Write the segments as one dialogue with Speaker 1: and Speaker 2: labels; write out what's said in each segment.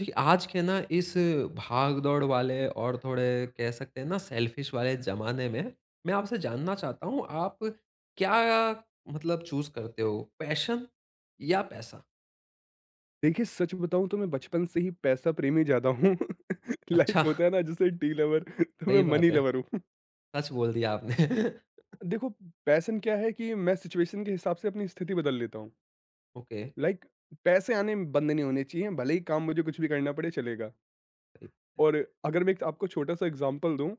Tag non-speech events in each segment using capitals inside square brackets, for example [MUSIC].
Speaker 1: जी, आज के ना इस भाग-दौड़ वाले और थोड़े कह सकते हैं ना सेल्फिश वाले ज़माने में, मैं आपसे जानना चाहता हूँ आप क्या मतलब चूज़ करते हो पैशन या पैसा?
Speaker 2: देखिए, सच बताऊँ तो मैं बचपन से ही पैसा प्रेमी ज़्यादा हूँ। [LAUGHS] लाइक
Speaker 1: अच्छा,
Speaker 2: होता है ना, जैसे टी लवर, तो मैं
Speaker 1: सही बात
Speaker 2: मनी
Speaker 1: है।
Speaker 2: लवर हूँ।
Speaker 1: सच बोल दिया आपने। [LAUGHS]
Speaker 2: देखो, पैशन क्या है कि मैं सिचुएशन के हिसाब से अपनी स्थिति बदल लेता हूँ।
Speaker 1: ओके।
Speaker 2: लाइक पैसे आने बंद नहीं होने चाहिए, भले ही काम मुझे कुछ भी करना पड़े चलेगा।
Speaker 1: सही।
Speaker 2: और अगर मैं एक आपको छोटा-सा एग्ज़ाम्पल दूँ,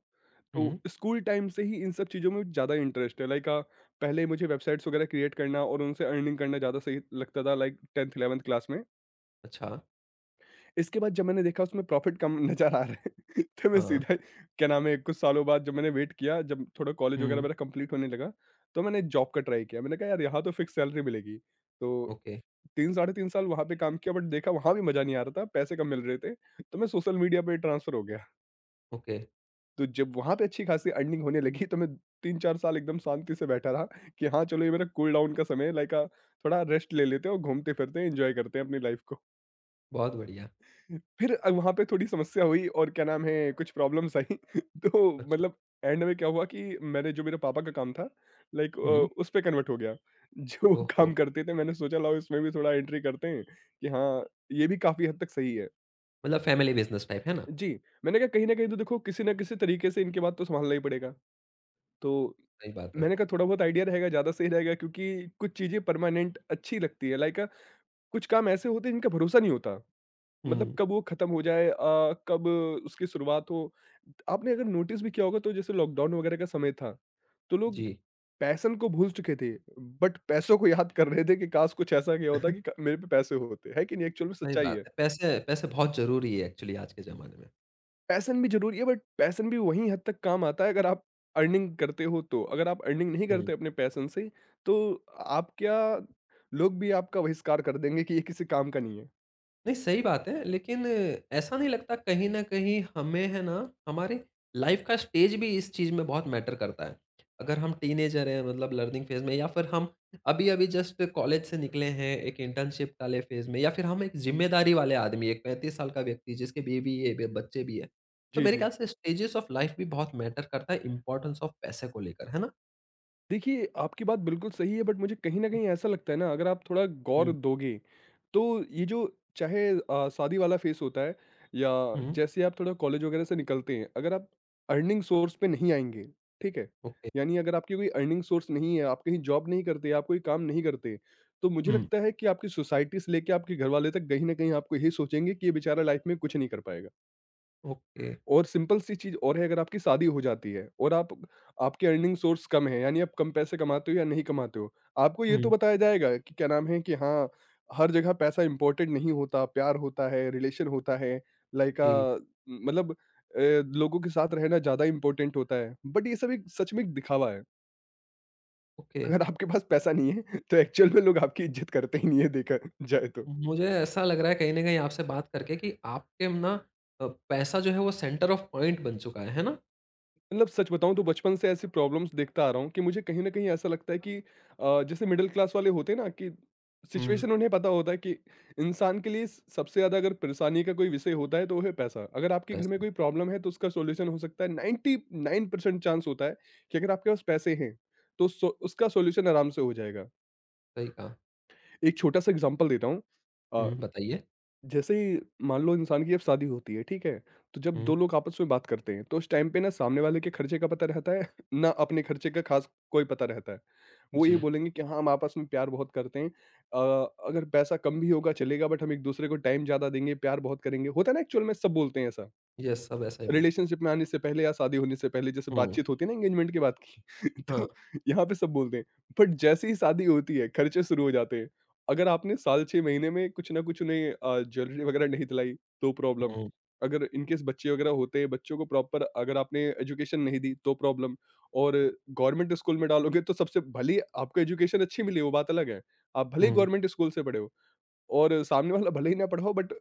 Speaker 2: तो
Speaker 1: हुँ।
Speaker 2: स्कूल टाइम से ही इन सब चीज़ों में ज़्यादा इंटरेस्ट है। लाइक पहले मुझे वेबसाइट्स वगैरह क्रिएट करना और उनसे अर्निंग करना ज़्यादा सही लगता था, लाइक 10th 11th क्लास में।
Speaker 1: अच्छा।
Speaker 2: इसके बाद जब मैंने देखा उसमें प्रॉफ़िट कम [LAUGHS] नज़र आ रहा है, [LAUGHS] तो मैं
Speaker 1: हाँ।
Speaker 2: सीधा, क्या नाम है, कुछ सालों बाद जब मैंने वेट किया, जब थोड़ा कॉलेज वगैरह
Speaker 1: हुँ।
Speaker 2: मेरा कंप्लीट होने लगा, तो मैंने जॉब का ट्राई किया। मैंने कहा यार, यहाँ तो फिक्स सैलरी मिलेगी, तो
Speaker 1: ओके।
Speaker 2: 3 साढ़े 3 साल वहाँ पे काम किया, बट देखा वहाँ भी मज़ा नहीं आ रहा था, पैसे कम मिल रहे थे, तो मैं सोशल मीडिया पे ट्रांसफ़र हो गया।
Speaker 1: ओके।
Speaker 2: तो जब वहाँ पे अच्छी खासी अर्निंग होने लगी, तो मैं 3-4 साल एकदम शांति से बैठा रहा कि हाँ चलो, ये मेरा कूल डाउन का समय है। लाइक थोड़ा रेस्ट ले लेते हैं और घूमते फिरते हैं, एंजॉय करते हैं अपनी लाइफ को।
Speaker 1: बहुत बढ़िया।
Speaker 2: फिर वहाँ पे थोड़ी समस्या हुई और, क्या नाम है, कुछ प्रॉब्लम्स आई। [LAUGHS] तो
Speaker 1: अच्छा।
Speaker 2: मतलब एंड में क्या हुआ कि मैंने जो मेरे पापा का काम था, लाइक
Speaker 1: हुँ।
Speaker 2: उस पे कन्वर्ट हो गया। [LAUGHS] जो वो काम
Speaker 1: ओहो!
Speaker 2: करते थे, मैंने सोचा लाओ इसमें भी थोड़ा एंट्री करते हैं कि हाँ, ये भी काफी हद तक सही है।
Speaker 1: मतलब फैमिली बिज़नेस टाइप, है ना?
Speaker 2: जी, मैंने कहा कहीं ना कहीं तो देखो, किसी ना किसी तरीके से इनके बाद तो संभालना ही पड़ेगा, तो
Speaker 1: सही बात है।
Speaker 2: मैंने कहा थोड़ा बहुत आइडिया रहेगा ज्यादा सही रहेगा, क्योंकि कुछ चीजें परमानेंट अच्छी लगती है। लाइक कुछ काम ऐसे होते हैं जिनका भरोसा नहीं होता, मतलब
Speaker 1: हुँ।
Speaker 2: कब वो खत्म हो जाए, कब उसकी शुरुआत हो। आपने अगर नोटिस भी किया होगा तो जैसे लॉकडाउन वगैरह का समय था, तो लोग
Speaker 1: जी।
Speaker 2: पैशन को भूल चुके थे, बट पैसों को याद कर रहे थे कि काश कुछ ऐसा किया होता कि
Speaker 1: [LAUGHS]
Speaker 2: क मेरे पे पैसे होते। है कि नहीं? एक्चुअल में
Speaker 1: सही
Speaker 2: सच्चाई
Speaker 1: बात
Speaker 2: है।
Speaker 1: है। पैसे पैसे बहुत ज़रूरी है एक्चुअली आज के ज़माने में।
Speaker 2: पैशन भी ज़रूरी है, बट पैशन भी वहीं हद तक काम आता है अगर आप अर्निंग करते हो तो। अगर आप अर्निंग नहीं
Speaker 1: हुँ।
Speaker 2: करते अपने पैशन से, तो आप क्या, लोग भी आपका बहिष्कार कर देंगे कि ये किसी काम का नहीं है।
Speaker 1: नहीं, सही बात है, लेकिन ऐसा नहीं लगता कहीं न कहीं हमें है ना, हमारे लाइफ़ का स्टेज भी इस चीज़ में बहुत मैटर करता है। अगर हम टीनेजर हैं मतलब लर्निंग फ़ेज़ में या फिर हम अभी-अभी जस्ट कॉलेज से निकले हैं, एक इंटर्नशिप वाले फ़ेज़ में या फिर हम एक ज़िम्मेदारी वाले आदमी, एक 35 साल का व्यक्ति जिसके बेबी है, ब बच्चे भी हैं। तो
Speaker 2: जी,
Speaker 1: मेरे
Speaker 2: जी।
Speaker 1: ख्याल से स्टेजेस ऑफ लाइफ़ भी बहुत मैटर करता है इम्पोर्टेंस ऑफ पैसे को लेकर, है ना?
Speaker 2: देखिए, आपकी बात बिल्कुल सही है, बट मुझे कहीं न
Speaker 1: हुँ,
Speaker 2: कहीं ऐसा लगता है ना, अगर आप थोड़ा गौर
Speaker 1: हुँ,
Speaker 2: दोगे, तो ये जो चाहे शादी वाला फेस होता है, या
Speaker 1: हुँ,
Speaker 2: जैसे आप थोड़ा कॉलेज वगैरह से निकलते हैं, अगर आप अर्निंग सोर्स पे नहीं आएँगे, ठीक है?
Speaker 1: ओके।
Speaker 2: यानी अगर आपकी कोई अर्निंग सोर्स नहीं है, आप कहीं जॉब नहीं करते, आप कोई काम नहीं करते, तो मुझे
Speaker 1: हुँ,
Speaker 2: लगता है कि आपकी सोसाइटी से लेके आपके घरवाले तक कहीं न कहीं आपको यही सोचेंगे कि ये बेचारा लाइफ में कुछ नहीं कर पाएगा।
Speaker 1: ओके।
Speaker 2: और सिंपल सी चीज़ और है, अगर आपकी शादी हो जाती है और आप, आपके अर्निंग सोर्स कम है, यानी आप कम पैसे कमाते हो या नहीं कमाते हो, आपको ये तो
Speaker 1: हुँ,
Speaker 2: बताया जाएगा कि, क्या नाम है, कि हाँ, हर जगह पैसा इम्पोर्टेंट नहीं होता, प्यार होता है, रिलेशन होता है, लाइक
Speaker 1: जी,
Speaker 2: मतलब लोगों के साथ रहना ज़्यादा इम्पोर्टेंट होता है। बट ये सब एक, सच में, एक दिखावा है।
Speaker 1: ओके।
Speaker 2: अगर आपके पास पैसा नहीं है तो एक्चुअल में लोग आपकी इज़्ज़त करते ही नहीं है, देखा जाए तो।
Speaker 1: मुझे ऐसा लग रहा है कहीं न कहीं आपसे बात करके कि आपके ना पैसा जो है वो सेंटर ऑफ पॉइंट बन चुका है ना?
Speaker 2: मतलब सच बताऊँ तो बचपन से ऐसी प्रॉब्लम्स देखता आ रहा हूँ कि मुझे कहीं न कहीं ऐसा लगता है कि जैसे मिडल क्लास वाले होते हैं ना, कि
Speaker 1: हुँ,
Speaker 2: सिचुएशन उन्हें पता होता है कि इंसान के लिए स सबसे ज़्यादा अगर परेशानी का कोई विषय होता है तो वो है पैसा। अगर आपके घर में
Speaker 1: पैसा,
Speaker 2: कोई प्रॉब्लम है तो उसका सॉल्यूशन हो सकता है, 99% चांस होता है कि अगर आपके पास पैसे हैं, तो उसका सॉल्यूशन आराम से हो जाएगा।
Speaker 1: सही कहा।
Speaker 2: एक छोटा-सा एग्ज़ाम्पल देता हूँ। अ
Speaker 1: हुँ, बताइए?
Speaker 2: जैसे ही, मान लो, इंसान की अब शादी होती है, ठीक है, तो जब
Speaker 1: हुँ,
Speaker 2: दो लोग आपस में बात करते हैं तो उस टाइम पे ना सामने वाले के खर्चे का पता रहता है [LAUGHS] ना अपने खर्चे का खास कोई पता रहता है। वो ये
Speaker 1: जी,
Speaker 2: बोलेंगे कि हाँ, हम आपस में प्यार बहुत करते हैं, अ, अगर पैसा कम भी होगा चलेगा, बट हम एक दूसरे को टाइम ज्यादा देंगे, प्यार बहुत करेंगे। होता है ना, एक्चुअल में सब बोलते हैं ऐसा,
Speaker 1: यस सब ऐसा ही बोल।
Speaker 2: रिलेशनशिप में आने से पहले या शादी होने से पहले, जैसे
Speaker 1: हुँ,
Speaker 2: बातचीत होती है ना, एंगेजमेंट की बात की। [LAUGHS]
Speaker 1: हाँ,
Speaker 2: तो यहाँ पे सब बोलते हैं, बट जैसे ही शादी होती है, खर्चे शुरू हो जाते हैं। अगर आपने साल 6 महीने में कुछ ना कुछ उन्हें, ज्वेलरी वगैरह नहीं दिलाई, तो प्रॉब्लम।
Speaker 1: हुँ,
Speaker 2: अगर इनकेस बच्चे वगैरह होते हैं, बच्चों को प्रॉपर अगर आपने एजुकेशन नहीं दी, तो प्रॉब्लम। और गवर्नमेंट स्कूल में डालोगे तो सबसे, भले ही आपको एजुकेशन अच्छी मिली वो बात अलग है, आप भले ही
Speaker 1: हुँ,
Speaker 2: गवर्नमेंट स्कूल से पढ़े हो और सामने वाला भले ही ना पढ़ाओ, बट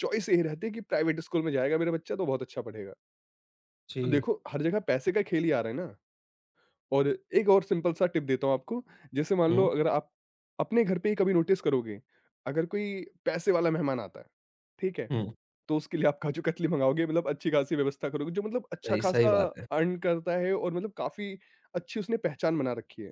Speaker 2: चॉइस यही रहती है कि प्राइवेट स्कूल में जाएगा मेरा बच्चा तो बहुत अच्छा पढ़ेगा। तो
Speaker 1: जी,
Speaker 2: देखो, हर जगह पैसे का खेल ही आ रहा है ना। और एक और सिंपल सा टिप देता हूँ आपको, जैसे मान लो,
Speaker 1: हुँ,
Speaker 2: अगर आप अपने घर पे ही कभी नोटिस करोगे, अगर कोई पैसे वाला मेहमान आता है, ठीक है?
Speaker 1: हुँ,
Speaker 2: तो उसके लिए आप काजू-कतली मँगाओगे, मतलब अच्छी-खासी व्यवस्था करोगे, जो मतलब
Speaker 1: सही सही
Speaker 2: अच्छा-खासा
Speaker 1: बात है।
Speaker 2: अर्न करता है और मतलब काफ़ी अच्छी उसने पहचान बना रखी है।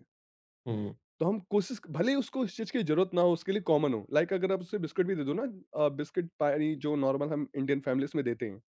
Speaker 1: हुँ,
Speaker 2: तो हम कोशिश, भले ही उसको इस चीज़ की ज़रूरत ना हो, उसके लिए कॉमन हो, लाइक अगर आप उसे बिस्किट भी दे दो ना, बिस्किट, पानी, जो नॉर्मल हम इंडियन फैमिलीज़ में देते हैं।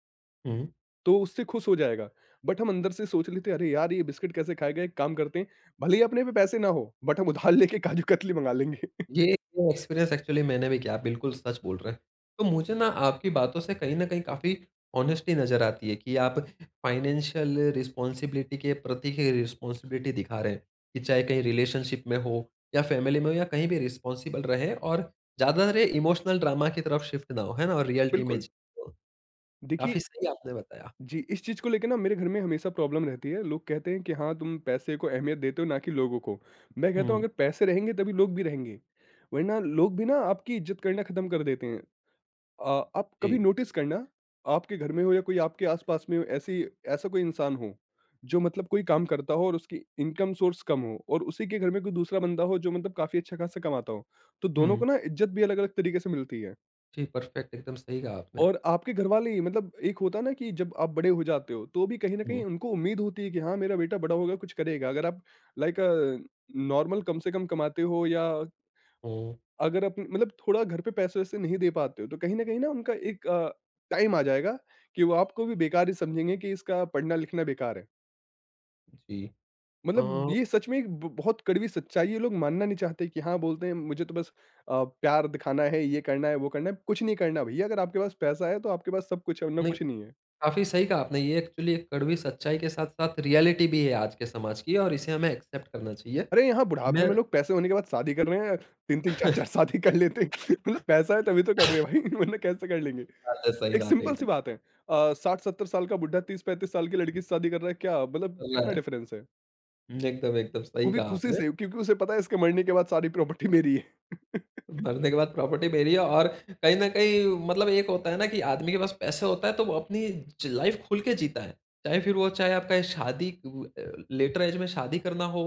Speaker 1: हुँ।
Speaker 2: तो उससे खुश हो जाएगा। बट हम अंदर से सोच लेते हैं, "अरे यार! ये बिस्किट कैसे खाएगा? एक काम करते हैं, भले ही अपने पे पैसे ना हो, बट हम उधार लेके काजू कतली मँगा लेंगे।"
Speaker 1: ये
Speaker 2: [LAUGHS]
Speaker 1: ये एक्सपीरियंस एक्चुअली मैंने भी किया, आप बिल्कुल सच बोल रहे हैं। तो मुझे ना आपकी बातों से कहीं न कहीं काफ़ी ऑनेस्टी नज़र आती है कि आप फाइनेंशियल रिस्पॉन्सिबिलिटी के प्रति ही रिस्पॉन्सिबिलिटी दिखा रहे हैं, कि चाहे कहीं रिलेशनशिप में हो या फैमिली में हो या कहीं भी रिस्पॉन्सिबल रहें और ज़्यादा रे इमोशनल ड्रामा की तरफ शिफ्ट ना हो, है ना? और रियलिटी में
Speaker 2: बिल्कुल।
Speaker 1: जियो। काफ़ी
Speaker 2: देखिए
Speaker 1: सही आपने बताया।
Speaker 2: जी, इस चीज़ को लेके ना मेरे घर में हमेशा प्रॉब्लम रहती है। लोग कहते हैं कि हाँ, तुम पैसे को अहमियत देते हो, ना कि लोगों को। मैं कहता हूँ,
Speaker 1: हुँ,
Speaker 2: अगर पैसे रहेंगे तभी लोग भी रहेंगे, वरना लोग भी ना आपकी इज़्ज़त करना खत्म कर देते हैं। अ, आप
Speaker 1: जी।
Speaker 2: कभी नोटिस करना, आपके घर में हो या कोई आपके आसपास में हो, ऐसी ऐसा कोई इंसान हो जो मतलब कोई काम करता हो और उसकी इनकम सोर्स कम हो, और उसी के घर में कोई दूसरा बंदा हो जो मतलब काफी अच्छा खासा कमाता हो, तो दोनों
Speaker 1: हुँ,
Speaker 2: को ना इज्जत भी अलग अलग तरीके से मिलती है।
Speaker 1: जी, परफेक्ट एकदम सही कहा आपने।
Speaker 2: और आपके घर वाले ही, मतलब एक होता है ना कि जब आप बड़े हो जाते हो, तो भी कहीं ना
Speaker 1: हुँ,
Speaker 2: कहीं उनको उम्मीद होती है कि हाँ, मेरा बेटा बड़ा होगा कुछ करेगा। अगर आप लाइक नॉर्मल कम से कम कमाते हो, या
Speaker 1: हुँ,
Speaker 2: अगर आप मतलब थोड़ा घर पे पैसे-वैसे नहीं दे पाते हो, तो कहीं न कहीं ना उनका एक टाइम आ जाएगा कि वो आपको भी बेकार ही समझेंगे कि इसका पढ़ना-लिखना बेकार है।
Speaker 1: जी। अ,
Speaker 2: मतलब ये सच में एक ब बहुत कड़वी सच्चाई है। ये लोग मानना नहीं चाहते, कि हाँ, बोलते हैं मुझे तो बस प्यार दिखाना है, ये करना है, वो करना है, कुछ नहीं करना भईया, अगर आपके पास पैसा है, तो आपके पास सब कुछ है, वरना
Speaker 1: नहीं,
Speaker 2: कुछ नहीं है।
Speaker 1: काफ़ी सही कहा आपने। ये एक्चुअली एक कड़वी सच्चाई के साथ-साथ रियलिटी भी है आज के समाज की और इसे हमें एक्सेप्ट करना चाहिए।
Speaker 2: अरे! यहाँ बुढ़ापे
Speaker 1: मैं
Speaker 2: में लोग पैसे होने के बाद शादी कर रहे हैं, 3-3 4-4
Speaker 1: [LAUGHS]
Speaker 2: शादी कर लेते हैं। [LAUGHS] मतलब पैसा है तभी तो कर रहे हैं भाई, [LAUGHS] वरना कैसे कर लेंगे?
Speaker 1: बात है, सही
Speaker 2: एक
Speaker 1: बात है
Speaker 2: सिंपल सी
Speaker 1: एकदम।
Speaker 2: बात है। 60-70 साल का बुड्ढा 30-35 साल की लड़की से शादी कर रहा है, क्या मतलब
Speaker 1: चल
Speaker 2: कितना
Speaker 1: रहा है।
Speaker 2: डिफरेंस है?
Speaker 1: एकदम, एकदम
Speaker 2: वो
Speaker 1: सही
Speaker 2: भी
Speaker 1: कहा
Speaker 2: खुशी
Speaker 1: आपने।
Speaker 2: से, क्योंकि उसे पता है इसके मरने के बाद सारी प्रॉपर्टी मेरी है। [LAUGHS]
Speaker 1: मरने के बाद प्रॉपर्टी मेरी है और कहीं न कहीं मतलब एक होता है ना कि आदमी के पास पैसे होता है तो वो अपनी ज लाइफ़ खुल के जीता है। चाहे फिर वो चाहे आपका शादी लेटर ऐज में शादी करना हो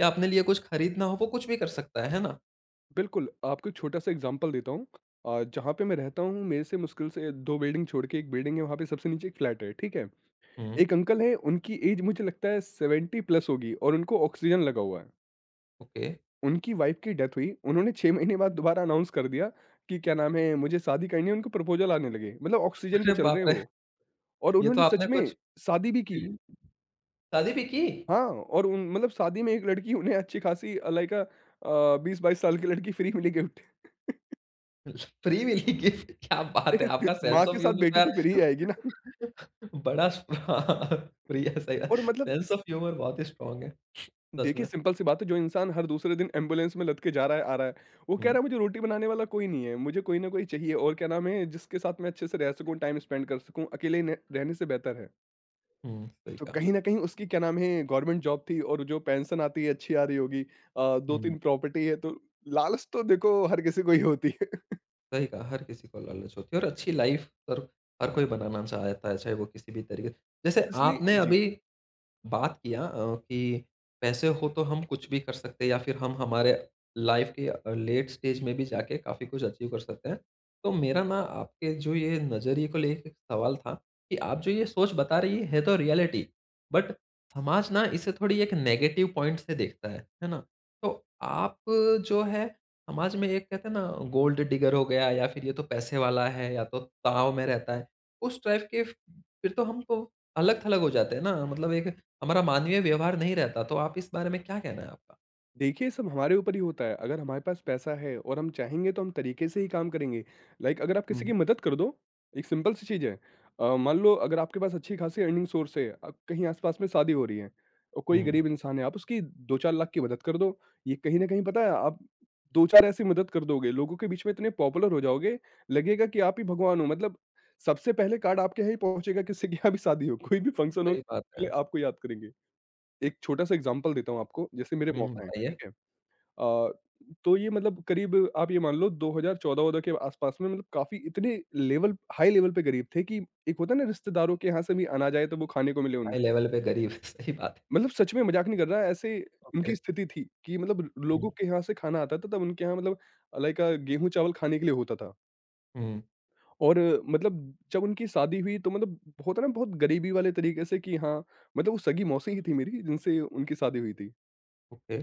Speaker 1: या अपने लिए कुछ खरीदना हो, वो कुछ भी कर सकता है ना?
Speaker 2: बिल्कुल, आपको एक छोटा-सा एग्ज़ाम्पल देता हूँ। जहाँ पे मैं रहता हूँ, मेरे से मुश्किल से 2 बिल्डिंग छोड़ के 1 बिल्डिंग है, वहाँ पे सबसे नीचे एक फ्लैट है, ठीक है?
Speaker 1: हुँ,
Speaker 2: एक अंकल हैं, उनकी एज मुझे लगता है 70 प्लस होगी और उनको ऑक्सीजन लगा हुआ है।
Speaker 1: ओके। [LAUGHS]
Speaker 2: उनकी वाइफ़ की डेथ हुई, उन्होंने 6 महीने बाद दोबारा अनाउंस कर दिया कि क्या नाम है, मुझे शादी करनी है, उनको प्रपोज़ल आने लगे। मतलब ऑक्सीजन पे
Speaker 1: अरे
Speaker 2: चल रहे हैं
Speaker 1: बाप रे!
Speaker 2: वो। और
Speaker 1: ये तो
Speaker 2: उन्होंने
Speaker 1: आपने
Speaker 2: सच
Speaker 1: कुछ।
Speaker 2: में शादी भी की।
Speaker 1: हुँ, शादी भी की?
Speaker 2: हाँ, और उन मतलब शादी में एक लड़की उन्हें अच्छी खासी लाइक 20-22 साल की लड़की फ्री मिली गिफ्ट।
Speaker 1: फ्री मिली गिफ्ट क्या बात है! आपका
Speaker 2: [LAUGHS] माँ
Speaker 1: सेंस ऑफ
Speaker 2: के साथ
Speaker 1: ह्यूमर तो
Speaker 2: बेटी
Speaker 1: यार।
Speaker 2: तो फ्री ही आएगी ना।
Speaker 1: बड़ा स्ट्र हाँ, फ्री है सही है।
Speaker 2: और मतलब
Speaker 1: सेंस ऑफ ह्यूमर बहुत ही स्ट्रॉन्ग है, सच
Speaker 2: देखिए
Speaker 1: में।
Speaker 2: सिंपल सी बात है, जो इंसान हर दूसरे दिन एम्बुलेंस में लद के जा रहा है, आ रहा है, वो कह
Speaker 1: हुँ,
Speaker 2: रहा है मुझे रोटी बनाने वाला कोई नहीं है, मुझे कोई ना कोई चाहिए और क्या नाम है, जिसके साथ मैं अच्छे से रह सकूँ, टाइम स्पेंड कर सकूँ, अकेले न रहने से बेहतर है।
Speaker 1: हुँ, सही
Speaker 2: तो
Speaker 1: कहा।
Speaker 2: कहीं न कहीं उसकी क्या नाम है, गवर्नमेंट जॉब थी और जो पेंशन आती है अच्छी आ रही होगी,
Speaker 1: हुँ,
Speaker 2: 2-3 प्रॉपर्टी है, तो लालच तो देखो हर किसी को ही होती है।
Speaker 1: सही कहा, हर किसी को लालच होती है और अच्छी लाइफ़ हर हर कोई बनाना चाहता है, चाहे वो किसी भी तरीके जैसे
Speaker 2: [LAUGHS]
Speaker 1: आपने
Speaker 2: इसलिए जी।
Speaker 1: अभी बात किया कि पैसे हो तो हम कुछ भी कर सकते हैं या फिर हम हमारे लाइफ के लेट स्टेज में भी जाके काफ़ी कुछ अचीव कर सकते हैं। तो मेरा ना आपके जो ये नज़रिए को लेके एक सवाल था कि आप जो ये सोच बता रही है तो रियलिटी बट समाज ना इसे थोड़ी एक नेगेटिव पॉइंट से देखता है ना? तो आप जो है समाज में एक कहते हैं ना गोल्ड डिगर हो गया या फिर ये तो पैसे वाला है या तो ताव में रहता है। उस टाइप के फ़ फिर तो हम तो अलग-थलग हो जाते हैं ना मतलब एक हमारा मानवीय व्यवहार नहीं रहता, तो आप इस बारे में क्या कहना है आपका?
Speaker 2: देखिए, सब हमारे ऊपर ही होता है। अगर हमारे पास पैसा है और हम चाहेंगे तो हम तरीके से ही काम करेंगे। लाइक अगर आप किसी
Speaker 1: हुँ,
Speaker 2: की मदद कर दो, एक सिंपल सी चीज़ है। मान लो, अगर आपके पास अच्छी खासी अर्निंग सोर्स है, कहीं आस-पास में शादी हो रही है और कोई
Speaker 1: हुँ।
Speaker 2: गरीब इंसान है, आप उसकी 2-4 लाख की मदद कर दो। ये कहीं न कहीं पता है, आप 2-4 ऐसी मदद कर दोगे, लोगों के बीच में इतने पॉपुलर हो जाओगे, लगेगा कि आप ही भगवान हो। मतलब सबसे पहले कार्ड आपके यहाँ ही पहुँचेगा, किसी के यहाँ भी शादी हो, कोई भी फंक्शन हो,
Speaker 1: सही बात
Speaker 2: पहले
Speaker 1: है।
Speaker 2: आपको याद करेंगे। एक छोटा-सा एग्ज़ाम्पल देता हूँ आपको, जैसे मेरे
Speaker 1: हुँ।
Speaker 2: मौसा हैं,
Speaker 1: बताइए।
Speaker 2: ठीक है? अ, तो ये मतलब करीब आप ये मान लो 2014-14 के आसपास में मतलब काफ़ी इतने लेवल हाई लेवल पे गरीब थे कि एक होता है ना, रिश्तेदारों के यहाँ से भी अनाज आए तो वो खाने को मिले उन्हें।
Speaker 1: हाई लेवल पे गरीब, [LAUGHS] सही बात है।
Speaker 2: मतलब सच में मज़ाक नहीं कर रहा, ऐसे उनकी
Speaker 1: ओके।
Speaker 2: स्थिति थी कि मतलब
Speaker 1: हुँ,
Speaker 2: लोगों के यहाँ से खाना आता था तब उनके यहाँ मतलब लाइक गेहूँ चावल खाने के लिए होता था।
Speaker 1: हुँ,
Speaker 2: और मतलब जब उनकी शादी हुई तो मतलब होता है ना बहुत गरीबी वाले तरीके से, कि हाँ, मतलब वो सगी मौसी ही थी मेरी, जिनसे उनकी शादी हुई थी।
Speaker 1: ओके।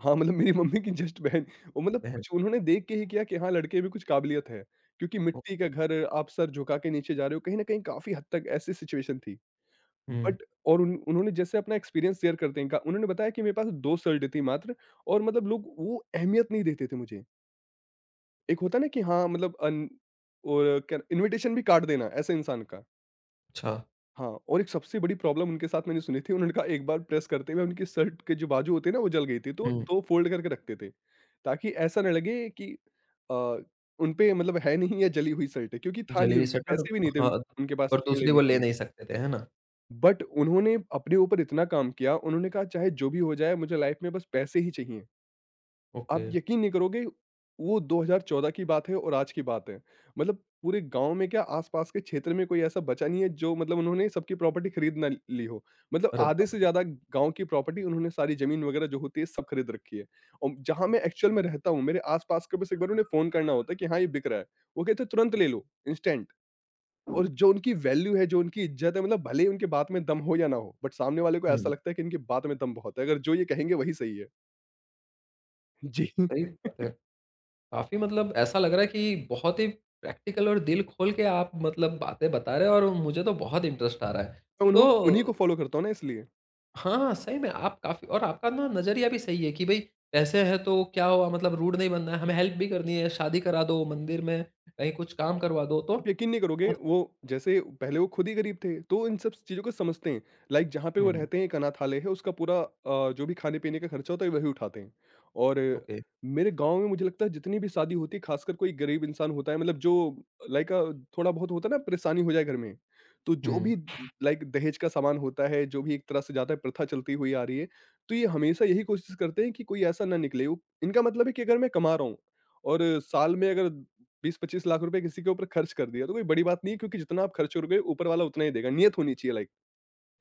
Speaker 2: हाँ, मतलब मेरी मम्मी की जस्ट बहन। वो मतलब
Speaker 1: वह
Speaker 2: कुछ उन्होंने देख के ही किया कि हाँ, लड़के में कुछ काबिलियत है, क्योंकि
Speaker 1: ओ
Speaker 2: मिट्टी का घर, आप सर झुका के नीचे जा रहे हो, कहीं न कहीं काफ़ी हद तक ऐसी सिचुएशन थी।
Speaker 1: हुँ,
Speaker 2: बट और उन उन्होंने जैसे अपना एक्सपीरियंस शेयर करते हैं, का उन्होंने बताया कि मेरे पास 2 शर्ट थी मात्र, और मतलब लोग वो अहमियत नहीं देते थे मुझे। एक होता है ना कि हाँ, मतलब अन और क्या इन्विटेशन भी काट देना ऐसे इंसान का।
Speaker 1: अच्छा।
Speaker 2: हाँ, और एक सबसे बड़ी प्रॉब्लम उनके साथ मैंने सुनी थी, उन्होंने कहा एक बार प्रेस करते हुए उनकी शर्ट के जो बाजू होते हैं ना वो जल गई थी, तो
Speaker 1: हुँ,
Speaker 2: 2 फ़ोल्ड करके रखते थे, ताकि ऐसा ना लगे कि अ, उनपे मतलब है नहीं या जली हुई शर्ट है, क्योंकि था नहीं
Speaker 1: जलेबी
Speaker 2: उनपे,
Speaker 1: सटर
Speaker 2: पैसे भी नहीं थे
Speaker 1: हाँ,
Speaker 2: उन उनके पास
Speaker 1: और
Speaker 2: इतने
Speaker 1: दूसरी
Speaker 2: लेने
Speaker 1: वो
Speaker 2: के
Speaker 1: ले
Speaker 2: लिए।
Speaker 1: नहीं सकते थे, है ना?
Speaker 2: बट उन्होंने अपने ऊपर इतना काम किया, उन्होंने कहा चाहे जो भी हो जाए मुझे लाइफ़ में बस पैसे ही चाहिए।
Speaker 1: ओके।
Speaker 2: आप यकीन नहीं करोगे, वो 2014 की बात है और आज की बात है। मतलब पूरे गाँव में क्या आस-पास के क्षेत्र में कोई ऐसा बचा नहीं है, जो मतलब उन्होंने सबकी प्रॉपर्टी खरीद ना ली हो। मतलब
Speaker 1: अरे
Speaker 2: आधे
Speaker 1: बाप
Speaker 2: से
Speaker 1: रे!
Speaker 2: ज़्यादा गाँव की प्रॉपर्टी उन्होंने सारी ज़मीन वगैरह जो होती है सब खरीद रखी है। और जहाँ मैं एक्चुअल में रहता हूँ, मेरे आस-पास को बस एक बार उन्हें फ़ोन करना होता है कि हाँ, ये बिक रहा है। वो कहते हैं तुरंत ले लो, इंस्टेंट। और जो उनकी वैल्यू है, जो उनकी इज़्ज़त है, मतलब भले ही उनके बात में दम हो या ना हो, बट सामने वाले को ऐसा
Speaker 1: हुँ।
Speaker 2: लगता है कि इनकी बात में दम बहुत है। अगर जो ये कहेंगे वही सही है। जी।
Speaker 1: सही बात है। काफ़ी मतलब ऐसा लग रहा है कि बहुत ही प्रैक्टिकल और दिल खोल के आप मतलब बातें बता रहे हैं और मुझे तो बहुत इंटरेस्ट आ रहा है।
Speaker 2: मैं उन्हों उन्हीं को
Speaker 1: तो
Speaker 2: फ़ॉलो करता हूँ ना, इसलिए।
Speaker 1: हाँ, सही में आप काफ़ी और आपका ना नज़रिया भी सही है कि भई पैसे हैं तो क्या हुआ मतलब रूड नहीं बनना है, हमें हेल्प भी करनी है, शादी करा दो, मंदिर में कहीं कुछ काम करवा दो तो
Speaker 2: आप यकीन नहीं करोगे,
Speaker 1: मत
Speaker 2: वो जैसे पहले वो खुद ही गरीब थे, तो इन सब चीज़ों को समझते हैं। लाइक जहाँ पे वो
Speaker 1: हुँ,
Speaker 2: रहते हैं एक अनाथालय है, उसका पूरा जो भी खाने-पीने का खर्चा होता है वही उठाते हैं। और
Speaker 1: ओके।
Speaker 2: मेरे गाँव में मुझे लगता है जितनी भी शादी होती है, ख़ासकर कोई गरीब इंसान होता है, मतलब जो लाइक थोड़ा बहुत होता है ना, परेशानी हो जाए घर में, तो जो
Speaker 1: हुँ,
Speaker 2: भी लाइक दहेज का सामान होता है, जो भी एक तरह से ज़्यादा प्रथा चलती हुई आ रही है, तो ये हमेशा यही कोशिश करते हैं कि कोई ऐसा ना निकले। इनका मतलब है कि अगर मैं कमा रहा हूँ और साल में अगर 20-25 लाख रुपए किसी के ऊपर खर्च कर दिया तो कोई बड़ी बात नहीं है, क्योंकि जितना आप खर्च करोगे ऊपर वाला उतना ही देगा, नियत होनी चाहिए लाइक।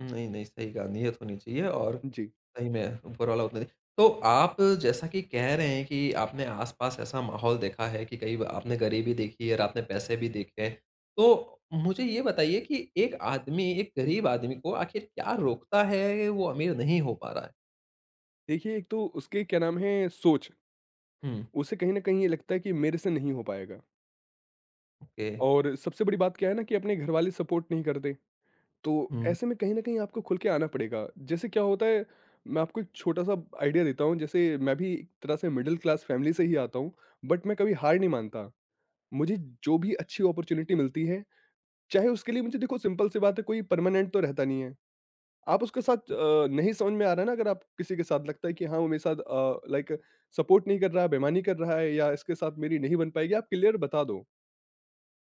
Speaker 1: नहीं, नहीं सही कहा नियत होनी चाहिए और
Speaker 2: जी।
Speaker 1: सही में ऊपर वाला उतना ही। तो आप जैसा कि कह रहे हैं कि आपने आस-पास ऐसा माहौल देखा है कि कहीं आपने गरीबी देखी है और आपने पैसे भी देखे हैं। तो मुझे ये बताइए कि एक आदमी, एक गरीब आदमी को आखिर क्या रोकता है, वो अमीर नहीं हो पा रहा है?
Speaker 2: देखिए एक तो उसके क्या नाम है, सोच।
Speaker 1: हुँ।
Speaker 2: उसे कहीं ना कहीं ये लगता है कि मेरे से नहीं हो पाएगा
Speaker 1: ओके।
Speaker 2: और सबसे बड़ी बात क्या है ना, कि अपने घर वाले सपोर्ट नहीं करते। तो
Speaker 1: हुँ।
Speaker 2: ऐसे में कहीं ना कहीं आपको खुल के आना पड़ेगा, जैसे क्या होता है, मैं आपको एक छोटा सा आइडिया देता हूँ। जैसे मैं भी एक तरह से मिडिल क्लास फैमिली से ही आता हूँ, बट मैं कभी हार नहीं मानता। मुझे जो भी अच्छी अपॉर्चुनिटी मिलती है, चाहे उसके लिए मुझे देखो, सिंपल सी बात है, कोई परमानेंट तो रहता नहीं है। आप उसके साथ नहीं समझ में आ रहा है ना, अगर आप किसी के साथ लगता है कि हाँ वो मेरे साथ लाइक सपोर्ट नहीं कर रहा है, बेईमानी कर रहा है या इसके साथ मेरी नहीं बन पाएगी, आप क्लियर बता दो,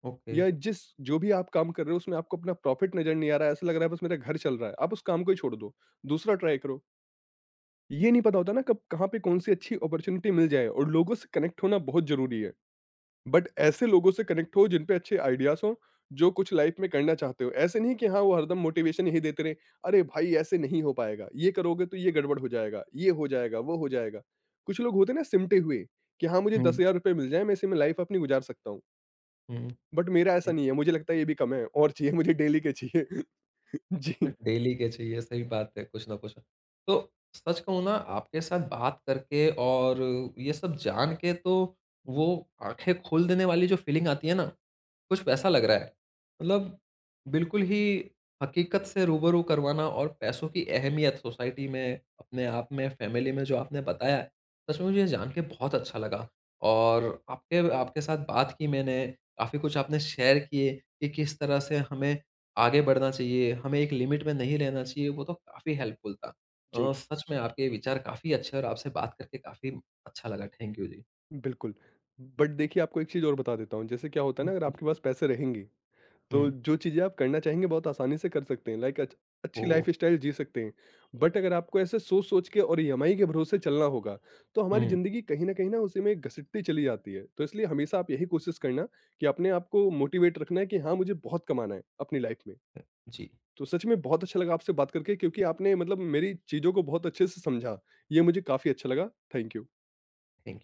Speaker 1: ओके।
Speaker 2: या जिस जो भी आप काम कर रहे हो, उसमें आपको अपना प्रॉफिट नजर नहीं आ रहा है, ऐसा लग रहा है बस मेरा घर चल रहा है, आप उस काम को ही छोड़ दो, दूसरा ट्राई करो। ये नहीं पता होता ना कब कहाँ पे कौन सी अच्छी अपॉर्चुनिटी मिल जाए, और लोगों से कनेक्ट होना बहुत जरूरी है, बट ऐसे लोगों से कनेक्ट हो जिन पे अच्छे आइडियाज हो, जो कुछ लाइफ में करना चाहते हो। ऐसे नहीं कि हाँ, वो हरदम मोटिवेशन ही देते रहे, "अरे भाई ऐसे नहीं हो पाएगा, ये करोगे तो ये गड़बड़ हो जाएगा, ये हो जाएगा, वो हो जाएगा।" कुछ लोग होते हैं ना सिमटे हुए, कि हाँ, मुझे
Speaker 1: हुँ,
Speaker 2: ₹10,000 मिल जाएँ, मैं इसी में लाइफ अपनी गुजार सकता हूँ।
Speaker 1: हुँ।
Speaker 2: बट मेरा ऐसा नहीं है, मुझे लगता है ये भी कम है और चाहिए, मुझे डेली के चाहिए। [LAUGHS]
Speaker 1: सही
Speaker 2: जी,
Speaker 1: डेली के चाहिए, सही बात है, कुछ ना कुछ। तो सच कहूँ ना आपके साथ बात करके और ये सब जान के तो वो आँखें खोल देने वाली जो फ़ीलिंग आती है ना कुछ वैसा लग रहा है। मतलब बिल्कुल ही हकीकत से रूबरू करवाना और पैसों की अहमियत सोसाइटी में, अपने आप में, फ़ैमिली में जो आपने बताया है, सच में मुझे ये जान के बहुत अच्छा लगा। और आपके आपके साथ बात की मैंने, काफ़ी कुछ आपने शेयर किए कि किस तरह से हमें आगे बढ़ना चाहिए, हमें एक लिमिट में नहीं रहना चाहिए, वो तो काफ़ी हेल्पफुल था।
Speaker 2: जी।
Speaker 1: सच में आपके विचार काफ़ी अच्छे और आपसे बात करके काफ़ी अच्छा लगा। थैंक यू जी।
Speaker 2: बिल्कुल। बट देखिए आपको एक चीज़ और बता देता हूँ, जैसे क्या होता है ना, अगर
Speaker 1: जी।
Speaker 2: आपके पास पैसे रहेंगे तो
Speaker 1: हुँ,
Speaker 2: जो चीज़ें आप करना चाहेंगे बहुत आसानी से कर सकते हैं, लाइक अच्छी
Speaker 1: ओह!
Speaker 2: लाइफस्टाइल जी सकते हैं। बट अगर आपको ऐसे सोच सोच के और ईएमआई के भरोसे चलना होगा, तो हमारी
Speaker 1: हुँ,
Speaker 2: ज़िंदगी कहीं ना उसी में घसीटती चली जाती है, तो इसलिए हमेशा आप यही कोशिश करना कि अपने आप को मोटिवेट रखना है कि हाँ मुझे बहुत कमाना है अपनी लाइफ में।
Speaker 1: जी।
Speaker 2: तो सच में बहुत अच्छा लगा आपसे बात करके, क्योंकि आपने मतलब मेरी चीज़ों को बहुत अच्छे से समझा, ये मुझे काफ़ी अच्छा लगा। Thank you.
Speaker 1: थैंक